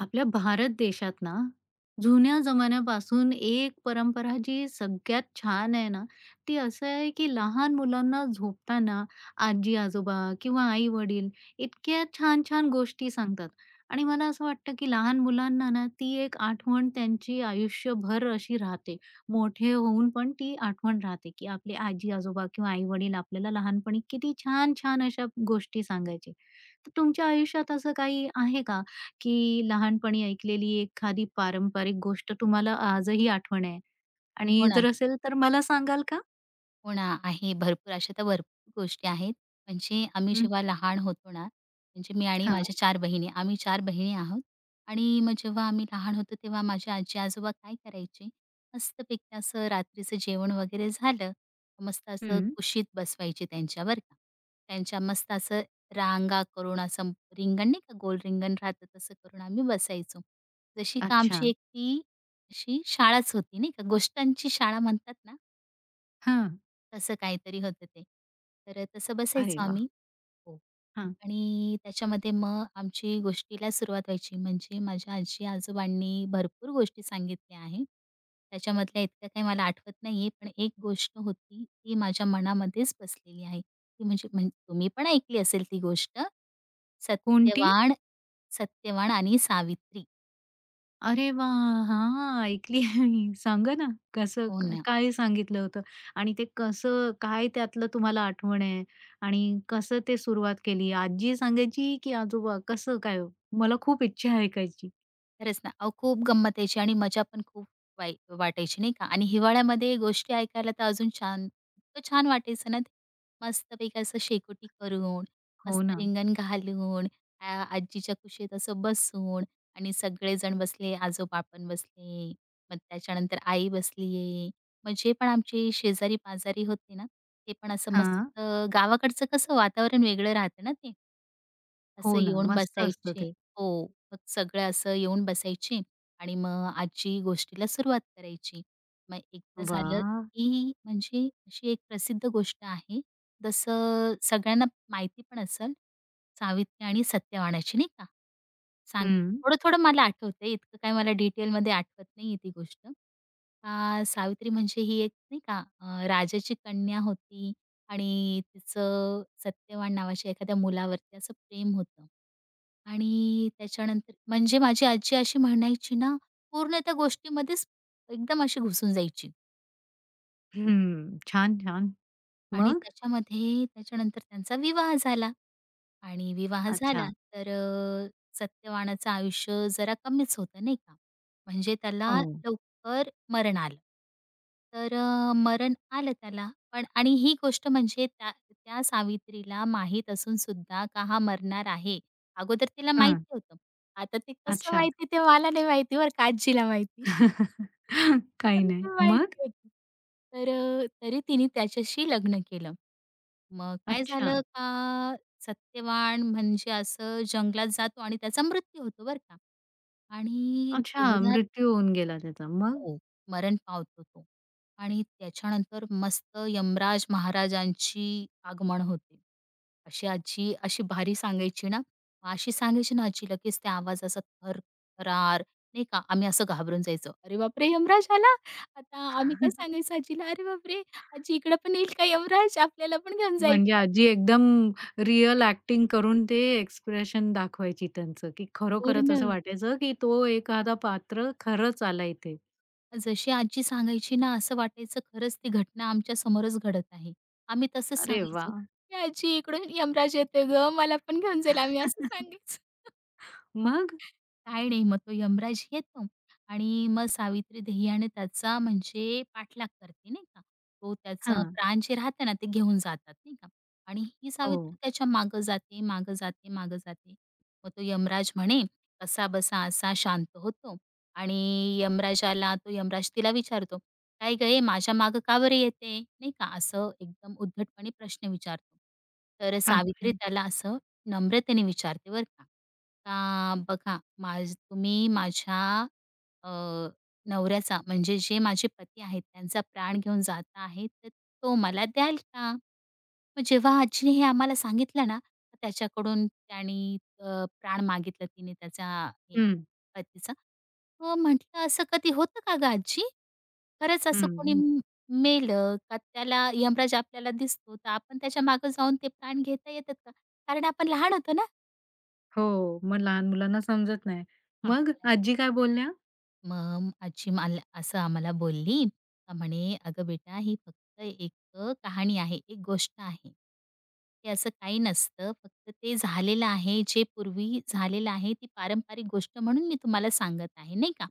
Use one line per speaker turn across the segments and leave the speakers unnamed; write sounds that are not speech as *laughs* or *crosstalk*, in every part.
आपल्या भारत देशात ना, जुन्या जमान्यापासून एक परंपरा जी सगळ्यात छान आहे ना, ती असं आहे की लहान मुलांना झोपताना आजी-आजोबा किंवा आई-वडील इतक्या छान-छान गोष्टी सांगतात आणि मला असं वाटतं की लहान मुलांना ना, ती एक आठवण त्यांची आयुष्यभर अशी राहते. मोठे होऊन पण ती आठवण राहते की आपले आजी-आजोबा किंवा आई-वडील आपल्याला लहानपणी किती छान-छान अशा गोष्टी सांगायचे. तर तुमच्या आयुष्यात असं काही आहे का? की लहानपणी ऐकलेली एखादी पारंपरिक गोष्ट तुम्हाला आजही आठवण आहे?
हो
आणि
ना,
जर असेल तर मला सांगाल का?
हो ना, आहे. भरपूर अशा तर भरपूर गोष्टी आहेत. म्हणजे आम्ही
हं.
जेव्हा लहान होतो ना, म्हणजे मी आणि
हां.
माझ्या चार बहिणी, आम्ही चार बहिणी आहोत. आणि मग जेव्हा आम्ही लहान होतो तेव्हा माझे आजी-आजोबा काय करायचे, मस्तपैकी असं रात्रीचं जेवण वगैरे झालं, का मस्त असं
हं.
कुशीत बसवायचे त्यांच्या का. त्यांच्या मस्त असं रांगा करून असं रिंगण नाही का, गोल रिंगण राहतं तसं करून आम्ही बसायचो. जशी का
अच्छा.
आमची एक ती अशी शाळाच होती नाही का, गोष्टांची शाळा म्हणतात ना,
हां.
असं काहीतरी होतं ते. तर तसं बसायचो
अरे वाह!
आम्ही. हो.
हां.
आणि त्याच्यामध्ये मग आमची गोष्टीला सुरुवात व्हायची. म्हणजे माझ्या आजी-आजोबांनी भरपूर गोष्टी सांगितल्या आहे. त्याच्यामधल्या इतक्या काही मला आठवत नाहीये. पण एक गोष्ट होती, ती माझ्या मनामध्येच बसलेली आहे. ती म्हणजे म्हण तुम्ही पण ऐकली असेल ती गोष्ट.
कोणती?
सत्यवान सत्यवान आणि सावित्री.
अरे वाह! हां, ऐकली आहे मी. सांगा ना कसं
हो
क
ना.
काय सांगितलं होतं? आणि ते कसं काय त्यातलं तुम्हाला आठवण आहे? आणि कसं ते सुरुवात केली? आजी सांगायची की आजोबा? कसं काय हो? मला खूप इच्छा आहे ऐकायची.
खरंच ना. अहो, खूप गंमत यायची आणि मजा पण खूप वाई वाटायची नाही का? आणि हिवाळ्यामध्ये गोष्टी ऐकायला तर अजून छान इतकं छान वाटायचं ना ते. मस्तपैकी असं शेकोटी करून,
हो
मस्त
ना.
रिंगण घालून, आजीच्या कुशीत असं बसून आणि सगळेजण बसले, आजोबा पण बसले, मग त्याच्यानंतर आई बसली, मग जे पण आमचे शेजारी-पाजारी होते ना, ते पण असं
हां.
मस्त गावाकडचं कसं वातावरण वेगळं राहतं ना ते.
हो
असं
ना.
येऊन
मस्त असतं
बसायचे.
ते.
हो. मग सगळं असं येऊन बसायचे आणि मग आजी गोष्टीला सुरुवात करायची. मग एकदा झालं
वाह!
की म्हणजे अशी एक प्रसिद्ध गोष्ट आहे. जसं सगळ्यांना माहिती पण असेल, सावित्री आणि सत्यवानाची नाही का? सांगतात
हं,
थोडं-थोडं मला आठवतंय, इतकं काही मला डिटेलमध्ये आठवत नाहीये ती गोष्ट. सावित्री म्हणजे ही एक नाही का राजाची कन्या होती आणि तिचं सत्यवान नावाच्या एखाद्या मुलावरती असं प्रेम होतं. आणि त्याच्यानंतर म्हणजे माझी आजी अशी म्हणायची ना, पूर्ण त्या गोष्टीमध्येच एकदम अशी घुसून जायची.
हं. छान, छान.
आणि
मग?
त्याच्यामध्ये त्याच्यानंतर त्यांचा विवाह झाला. आणि विवाह झाला
अच्छा.
तर सत्यवानाचं आयुष्य जरा कमीच होतं नाही का? म्हणजे त्याला
हो.
लवकर मरण आलं. तर मरण आलं त्याला पण आणि ही गोष्ट म्हणजे त्या त्या सावित्रीला माहीत असून सुद्धा का हा मरणार आहे. अगोदर तिला
हं.
माहिती होतं. आता ते कसं
अच्छा.
माहिती ते मला नाही माहिती बरं का आजीला माहिती.
*laughs* काही
पण ती
नाही. मग?
माहिती होती. तर तरी तिने त्याच्याशी लग्न केलं. मग काय
अच्छा.
झालं का सत्यवान म्हणजे असं जंगलात जातो आणि त्याचा मृत्यू होतो बरं का. आणि
अच्छा,
तेवढ्यात
मृत्यू होऊन गेला त्याचा. मग?
हो, मरण पावतो तो. आणि त्याच्यानंतर मस्त यमराज महाराजांची आगमन होते. अशी आजी अशी भारी सांगायची ना, मग अशी सांगायची ना आजी लगेच त्या आवाजाचा थरथरार नाही का, आम्ही असं घाबरून जायचो. "अरे बापरे! यमराज आला!" आता आम्ही काय सांगायचो आजीला, "अरे बापरे! आजी इकडे पण येईल का यमराज? आपल्याला पण घेऊन जाईल."
म्हणजे आजी एकदम रिअल एक्टिंग करून ते एक्सप्रेशन दाखवायची त्यांचं, की खरोखरच
पूर्ण
असं वाटायचं, की तो एखादा पात्र खरंच आला इथे.
जशी आजी सांगायची ना, असं वाटायचं खरंच ती घटना आमच्या समोरच घडत आहे. आम्ही तसंच
अरे
सांगायचो,
वाह!
"ए आजी इकडून यमराज येतोय गं, मला पण घेऊन जाईल." आम्ही असं
*laughs*
सांगायचो.
मग?
काय नाही, मग तो यमराज येतो आणि मग सावित्री ध्येयाने त्याचा म्हणजे पाठलाग करते नाही का. तो त्याचं
हां.
प्राण जे राहतं ना, ते घेऊन जातात नाही का. आणि ही
हो.
सावित्री त्याच्या मागं जाते, मागं जाते, मागं जाते. मग तो यमराज म्हणे कसाबसा असा शांत होतो आणि यमराजाला तो यमराज तिला विचारतो, "काय गं हे माझ्या मागं का बरं येते?" नाही का, असं एकदम उद्धटपणे प्रश्न विचारतो. तर
अच्छा.
सावित्री त्याला असं नम्रतेने विचारते बरं का, का बघा तुम्ही माझ्या अ, नवऱ्याचा म्हणजे जे माझे पती आहेत त्यांचा प्राण घेऊन जाता आहे, तर तो मला द्याल का? मग जेव्हा आजीने हे आम्हाला सांगितलं ना, तर त्याच्याकडून त्याने प्राण मागितलं तिने त्याचा हे
हं,
पतीचा. मग म्हटलं, "असं कधी होतं का गं आजी? खरंच असं कोणी
हं,
मेलं का त्याला यमराज आपल्याला दिसतो, तर आपण त्याच्या मागे जाऊन ते प्राण घेता येतात का?" कारण आपण लहान होतो ना.
हो. मग लहान मुलांना समजत नाही. मग
आपल्याला
आजी काय बोलल्या?
मग आजी मला असं आम्हाला बोलली का म्हणे, "अगं बेटा, ही फक्त एक कहाणी आहे, एक गोष्ट आहे. ते असं काही नसतं. फक्त ते झालेलं आहे, जे पूर्वी झालेलं आहे, ती पारंपरिक गोष्ट म्हणून मी तुम्हाला सांगत आहे, नाही का?"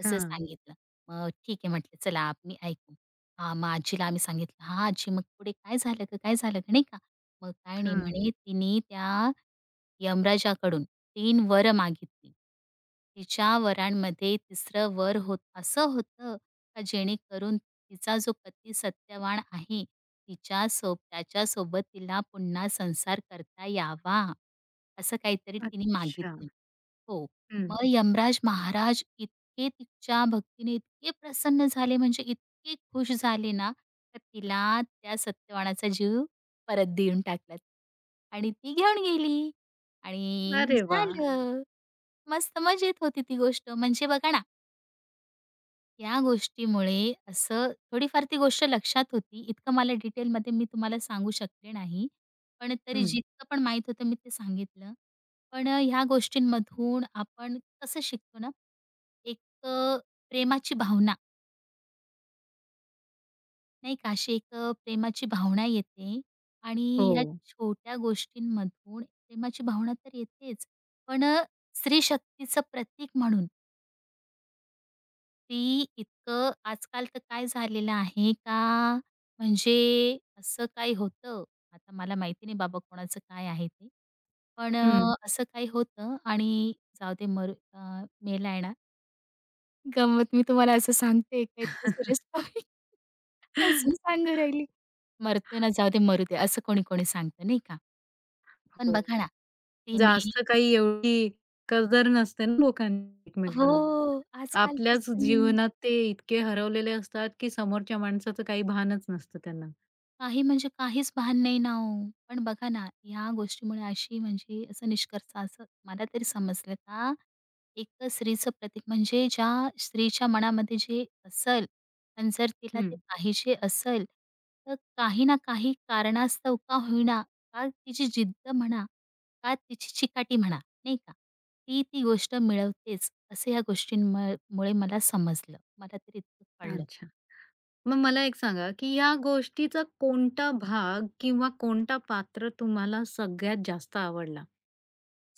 तसं
हां,
सांगितलं. मग ठीक आहे म्हटलं, "चला मी ऐकू." हां, मग आजीला आम्ही सांगितलं, "हां आजी, मग पुढे काय झालं गं? काय झालं गं?" नाही का? मग काय नाही
हां.
म्हणे, तिने त्या यमराजाकडून तीन वर मागितली. तिच्या वरांमध्ये तिसरं वर होत असं होतं का जेणेकरून तिचा जो पती सत्यवान आहे, तिच्या त्याच्यासोबत तिला पुन्हा संसार करता यावा, असं काहीतरी तिने
अच्छा.
मागितलं. हो.
हं.
मग यमराज महाराज इतके तिच्या भक्तीने इतके प्रसन्न झाले, म्हणजे इतके खुश झाले ना, तर तिला त्या सत्यवानाचा जीव परत देऊन टाकला आणि ती घेऊन गेली. आणि
अरे वाह!
झालं. मस्त मजेत होती ती गोष्ट. म्हणजे बघा ना, या गोष्टीमुळे असं थोडीफार ती गोष्ट लक्षात होती. इतकं मला डिटेलमध्ये मी तुम्हाला सांगू शकले नाही. पण तरी
हं.
जितकं पण माहीत होतं मी ते सांगितलं. पण ह्या गोष्टींमधून आपण कसं शिकतो ना, एक अ, प्रेमाची भावना नाही का, अशी एक प्रेमाची भावना येते आणि
हो.
ह्या छोट्या गोष्टींमधून प्रेमाची भावना तर येतेच, पण स्त्रीशक्तीचं प्रतीक म्हणून ती इतकं आजकाल तर काय झालेलं आहे का, म्हणजे असं काही होतं, आता मला माहिती नाही बाबा कोणाचं काय आहे ते. पण
हं.
हं. असं काही होतं आणि जाऊ दे मरू मेलाय ना. गंमत मी तुम्हाला असं सांगते का इतकं सिरियस टॉपिक हसून सांगू राहिली. मरते ना जाऊ दे मरू दे असं कोणी-कोणी सांगतं नाही का. पण
हो.
बघा ना, तिने
जास्त काही एवढी कदर नसते ना लोकांना
हो,
एकमेकांना.
आजकाल
आपल्याच
तसं नाही.
जीवनात ते इतके हरवलेले असतात, की समोरच्या माणसाचं काही भानच नसतं त्यांना.
काही म्हणजे काहीच भान नाही ना हो. पण बघा ना, ह्या गोष्टीमुळे अशी म्हणजे असा निष्कर्ष असं मला तरी समजलं का, एक स्त्रीचं प्रतीक म्हणजे ज्या स्त्रीच्या मनामध्ये जे असल, आणि जर तिला ते
हं.
पाहिजे असेल, तर काही ना काही कारणास्तव का होईना, का तिची जिद्द म्हणा, का तिची चिकाटी म्हणा, नाही का, ती ती गोष्ट मिळवतेच, असं ह्या मुळे मला समजलं. मला तरी इतकं कळलं.
अच्छा. मग मला एक सांगा, की या गोष्टीचा कोणता भाग किंवा कोणता पात्र तुम्हाला सगळ्यात जास्त आवडला?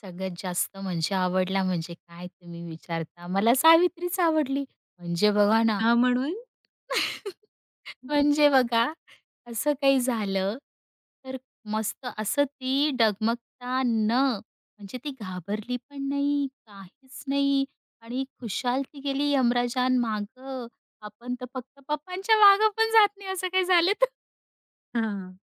सगळ्यात जास्त म्हणजे आवडला म्हणजे काय तुम्ही विचारता? मला सावित्रीच आवडली. म्हणजे बघा ना,
का म्हणून?
*laughs* म्हणजे बघा असं काही झालं, तर मस्त असं ती डगमगता न म्हणजे ती घाबरली पण नाही, काहीच नाही आणि खुशाल ती गेली यमराजान माग, आपण तर फक्त पप्पांच्या मागं पण जात नाही असं काही झालं तर. *laughs*
हां.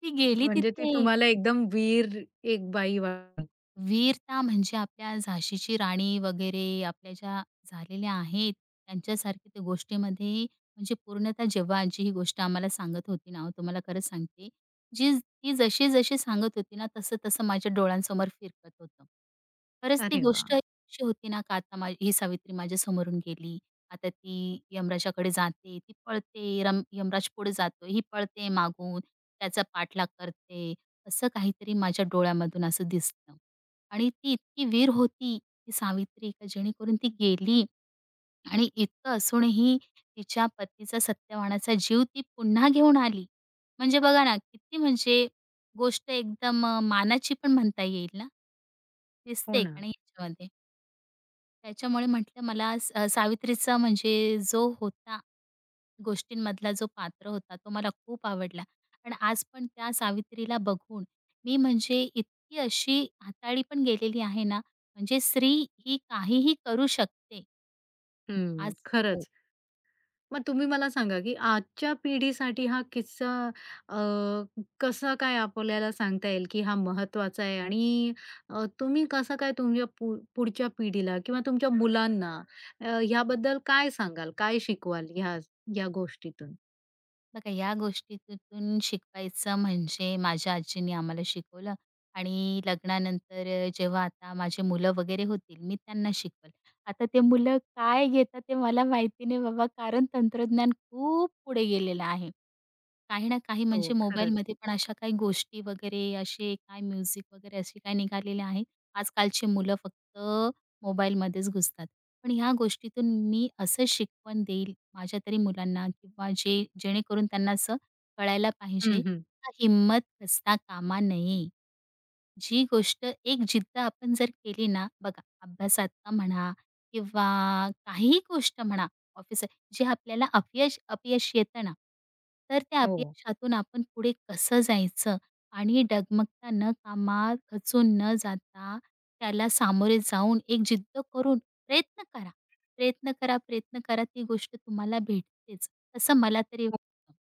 ती गेली
म्हणजे ती
तिथे.
तुम्हाला एकदम वीर एक बाई वाटली.
वीरता म्हणजे आपल्या झाशीची राणी वगैरे आपल्या ज्या झालेल्या आहेत, त्यांच्यासारखी त्या गोष्टीमध्ये म्हणजे पूर्णतः जेव्हा आजी ही गोष्ट आम्हाला सांगत होती ना, तुम्हाला खरंच सांगते, जी ती जशी-जशी सांगत होती ना, तसं-तसं माझ्या डोळ्यांसमोर फिरकत होतं. खरंच ती
अरे वाह!
गोष्ट अशी होती ना, का आता ही सावित्री माझ्या समोरून गेली. आता ती यमराजाकडे जाते, ती पळते, यमराज पुढे जातो, ही पळते मागून, त्याचा पाठलाग करते. असं काहीतरी माझ्या डोळ्यामधून असं दिसलं. आणि ती इतकी वीर होती, ती सावित्री, का जेणेकरून ती गेली आणि इतकं असूनही तिच्या पतीचा सत्यवानाचा जीव ती पुन्हा घेऊन आली. म्हणजे बघा ना, किती म्हणजे गोष्ट एकदम मानाची पण म्हणता येईल ना,
हो
दिसते का
ना.
नाही याच्यामध्ये. त्याच्यामुळे म्हटलं सावित्रीचा म्हणजे जो होता गोष्टींमधला जो पात्र होता तो मला खूप आवडला. आणि आज पण त्या सावित्रीला बघून मी म्हणजे इतकी अशी हाताळली पण गेलेली आहे ना, म्हणजे स्त्री ही काहीही करू शकते.
हं,
आज हो.
खरंच. मग तुम्ही मला सांगा, की आजच्या पिढीसाठी हा किस्सा अ, कसा काय आपल्याला सांगता येईल, की हा महत्त्वाचा आहे आणि तुम्ही कसं काय तुमच्या पुढच्या पिढीला किंवा तुमच्या मुलांना ह्याबद्दल काय सांगाल? काय शिकवाल ह्या ह्या गोष्टीतून?
बघा या गोष्टीतून शिकवायचं म्हणजे माझ्या आजीने आम्हाला शिकवलं आणि लग्नानंतर जेव्हा आता माझे मुलं वगैरे होतील मी त्यांना शिकवल. आता ते मुलं काय घेतात ते मला माहिती नाही बाबा कारण तंत्रज्ञान खूप पुढे गेलेलं आहे. काही ना काही
हो,
म्हणजे
खरंच.
मोबाईलमध्ये पण अशा काही गोष्टी वगैरे असे काय म्युझिक वगैरे असे काय निघालेले आहेत. आजकालची मुलं फक्त मोबाईलमध्येच घुसतात. पण ह्या गोष्टीतून मी असं शिकवण देईल माझ्या तरी मुलांना किंवा जे जेणेकरून त्यांना असं कळायला
हं,
पाहिजे
हं.
का हिंमत खचता कामा नये. जी गोष्ट एक जिद्द आपण जर केली ना, बघा अभ्यासात का म्हणा किंवा काहीही गोष्ट म्हणा ऑफिसात जे आपल्याला अपयश अपयश येतं ना, तर त्या
हो.
अपयशातून आपण पुढे कसं जायचं आणि डगमगता न कामा, खचून न जाता त्याला सामोरे जाऊन एक जिद्द करून प्रयत्न करा. प्रयत्न करा, प्रयत्न करा ती गोष्ट तुम्हाला भेटतेच, असं मला तरी वाटतं.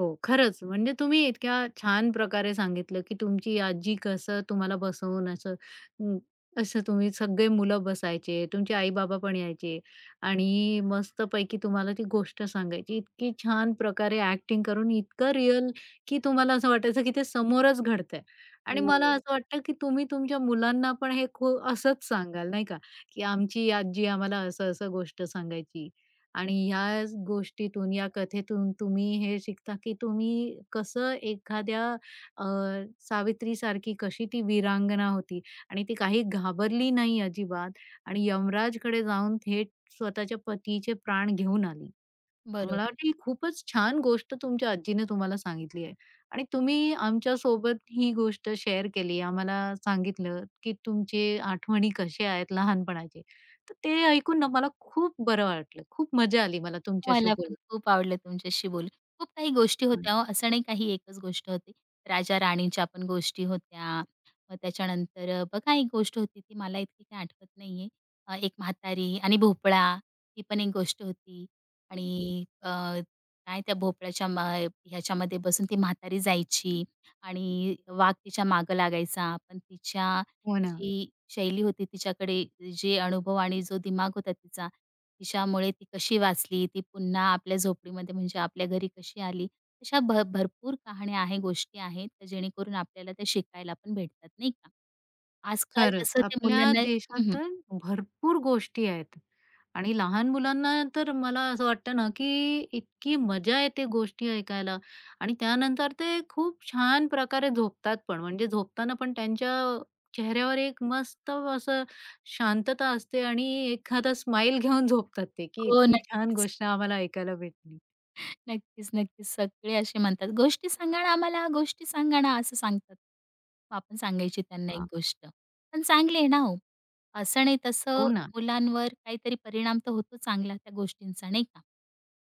हो, खरंच. म्हणजे तुम्ही इतक्या छान प्रकारे सांगितलं, की तुमची आजी कसं तुम्हाला बसवून असं अं, असं तुम्ही सगळे मुलं बसायचे, तुमचे आई-बाबा पण यायचे आणि मस्तपैकी तुम्हाला ती गोष्ट सांगायची. इतकी छान प्रकारे ॲक्टिंग करून इतकं रिअल, की तुम्हाला असं वाटायचं, की ते समोरच घडतंय. आणि मला
हो.
असं वाटतं, की तुम्ही तुमच्या मुलांना पण हे असंच सांगाल, नाही का, की आमची आजी आम्हाला असं-असं गोष्ट सांगायची. आणि ह्या गोष्टीतून, या कथेतून तुम्ही हे शिकता, की तुम्ही कसं एखाद्या सावित्रीसारखी कशी ती वीरांगना होती आणि ती काही घाबरली नाही अजिबात आणि यमराजकडे जाऊन थेट स्वतःच्या पतीचे प्राण घेऊन आली. मला
बरोबर.
वाटतं ही खूपच छान गोष्ट तुमच्या आजीने तुम्हाला सांगितली आहे आणि तुम्ही आमच्यासोबत ही गोष्ट शेअर केली. आम्हाला सांगितलं, की तुमचे आठवणी कशा आहेत लहानपणाचे. तर ते ऐकून ना मला खूप बरं वाटलं. खूप मजा आली मला तुमच्याशी
मला पण
बोलून.
खूप आवडलं तुमच्याशी बोलून. खूप काही गोष्टी
हो
होत्या
ना.
हो, असं नाही काही एकच गोष्ट होती. राजा-राणीच्या पण गोष्टी होत्या. मग त्याच्यानंतर बघा एक गोष्ट होती ती मला इतकी काही आठवत नाहीये. एक म्हातारी आणि भोपळा ही पण एक गोष्ट होती आणि काय त्या भोपळ्याच्या ह्याच्यामध्ये बसून ती म्हातारी जायची आणि वाघ तिच्या मागं लागायचा. पण तिच्या
हो ना.
जी शैली होती तिच्याकडे जे अनुभव आणि जो दिमाग होता तिचा तिच्यामुळे ती कशी वाचली, ती पुन्हा आपल्या झोपडीमध्ये म्हणजे आपल्या घरी कशी आली. अशा भरपूर कहाण्या आहे, गोष्टी आहेत, तर जेणेकरून आपल्याला ते शिकायला पण भेटतात, नाही का? आजकाल
खरंच.
तसं ते
आपल्या
मुलांना
देशात
हं, हं.
तर भरपूर गोष्टी आहेत आणि लहान मुलांना तर मला असं वाटतं ना, की इतकी मजा येते गोष्टी ऐकायला आणि त्यानंतर ते खूप छान प्रकारे झोपतात पण. म्हणजे झोपताना पण त्यांच्या चेहऱ्यावर एक मस्त असं शांतता असते आणि एखादा स्माइल घेऊन झोपतात ते, की
हो,
इतकी छान
नक्कीच.
गोष्ट आम्हाला ऐकायला भेटली.
नक्कीच, नक्कीच. सगळे असे म्हणतात, "गोष्टी सांगा ना आम्हाला, गोष्टी सांगा ना," असं सांगतात. मग आपण सांगायची त्यांना एक
वाह!
गोष्ट. पण चांगली आहे ना हो. असं नाही
हो
तसं
ना.
मुलांवर काहीतरी परिणाम तर होतो चांगला त्या गोष्टींचा, नाही का?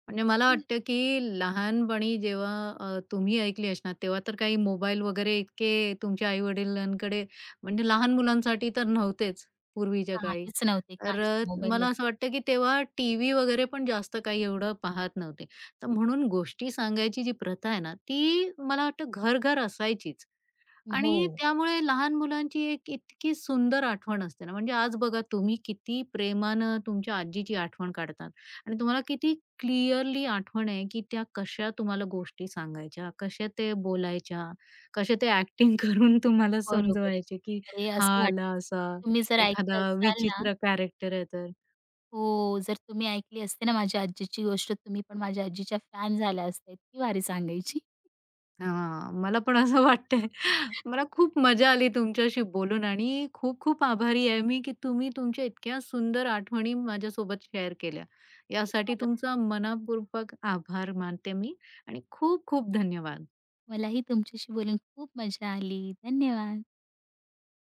म्हणजे मला
पण
वाटतं, की लहानपणी जेव्हा तुम्ही ऐकली असणार, तेव्हा तर काही मोबाईल वगैरे इतके तुमच्या आई-वडिलांकडे म्हणजे लहान मुलांसाठी तर नव्हतेच पूर्वीच्या काळी.
काहीच नव्हते,
तर
काहीच मोबाईल
मला असं वाटतं, की तेव्हा टीव्ही वगैरे पण जास्त काही एवढं पाहत नव्हते. तर म्हणून गोष्टी सांगायची जी प्रथा आहे ना, ती मला वाटतं घर-घर असायचीच. आणि
हो,
त्यामुळे लहान मुलांची एक इतकी सुंदर आठवण असते ना, म्हणजे आज बघा तुम्ही किती प्रेमानं तुमच्या आजीची आठवण काढतात आणि तुम्हाला किती क्लिअरली आठवण आहे, की त्या कशा तुम्हाला गोष्टी सांगायच्या, कशा ते बोलायच्या, कशा ते ॲक्टिंग *laughs* करून तुम्हाला
बरोबर आहे.
समजवायचे, की
अरे,
हा
असं
आला
वाटायचं
असा,
तुम्ही जर ऐकलं
एखादा
असाल ना
विचित्र कॅरेक्टर आहे तर.
हो, जर तुम्ही ऐकली असते ना माझ्या आजीची गोष्ट, तुम्ही पण माझ्या आजीच्या फॅन झाल्या असत्या. इतकी भारी सांगायची.
हां, मला पण असं वाटतंय. मला
*laughs* खरंच
खूप मजा आली तुमच्याशी बोलून आणि खूप-खूप आभारी आहे मी, की तुम्ही तुमच्या इतक्या सुंदर आठवणी माझ्यासोबत शेअर केल्या. यासाठी
मला
तुमचा मनःपूर्वक आभार मानते मी आणि खूप-खूप धन्यवाद.
मलाही तुमच्याशी बोलून खूप मजा आली. धन्यवाद.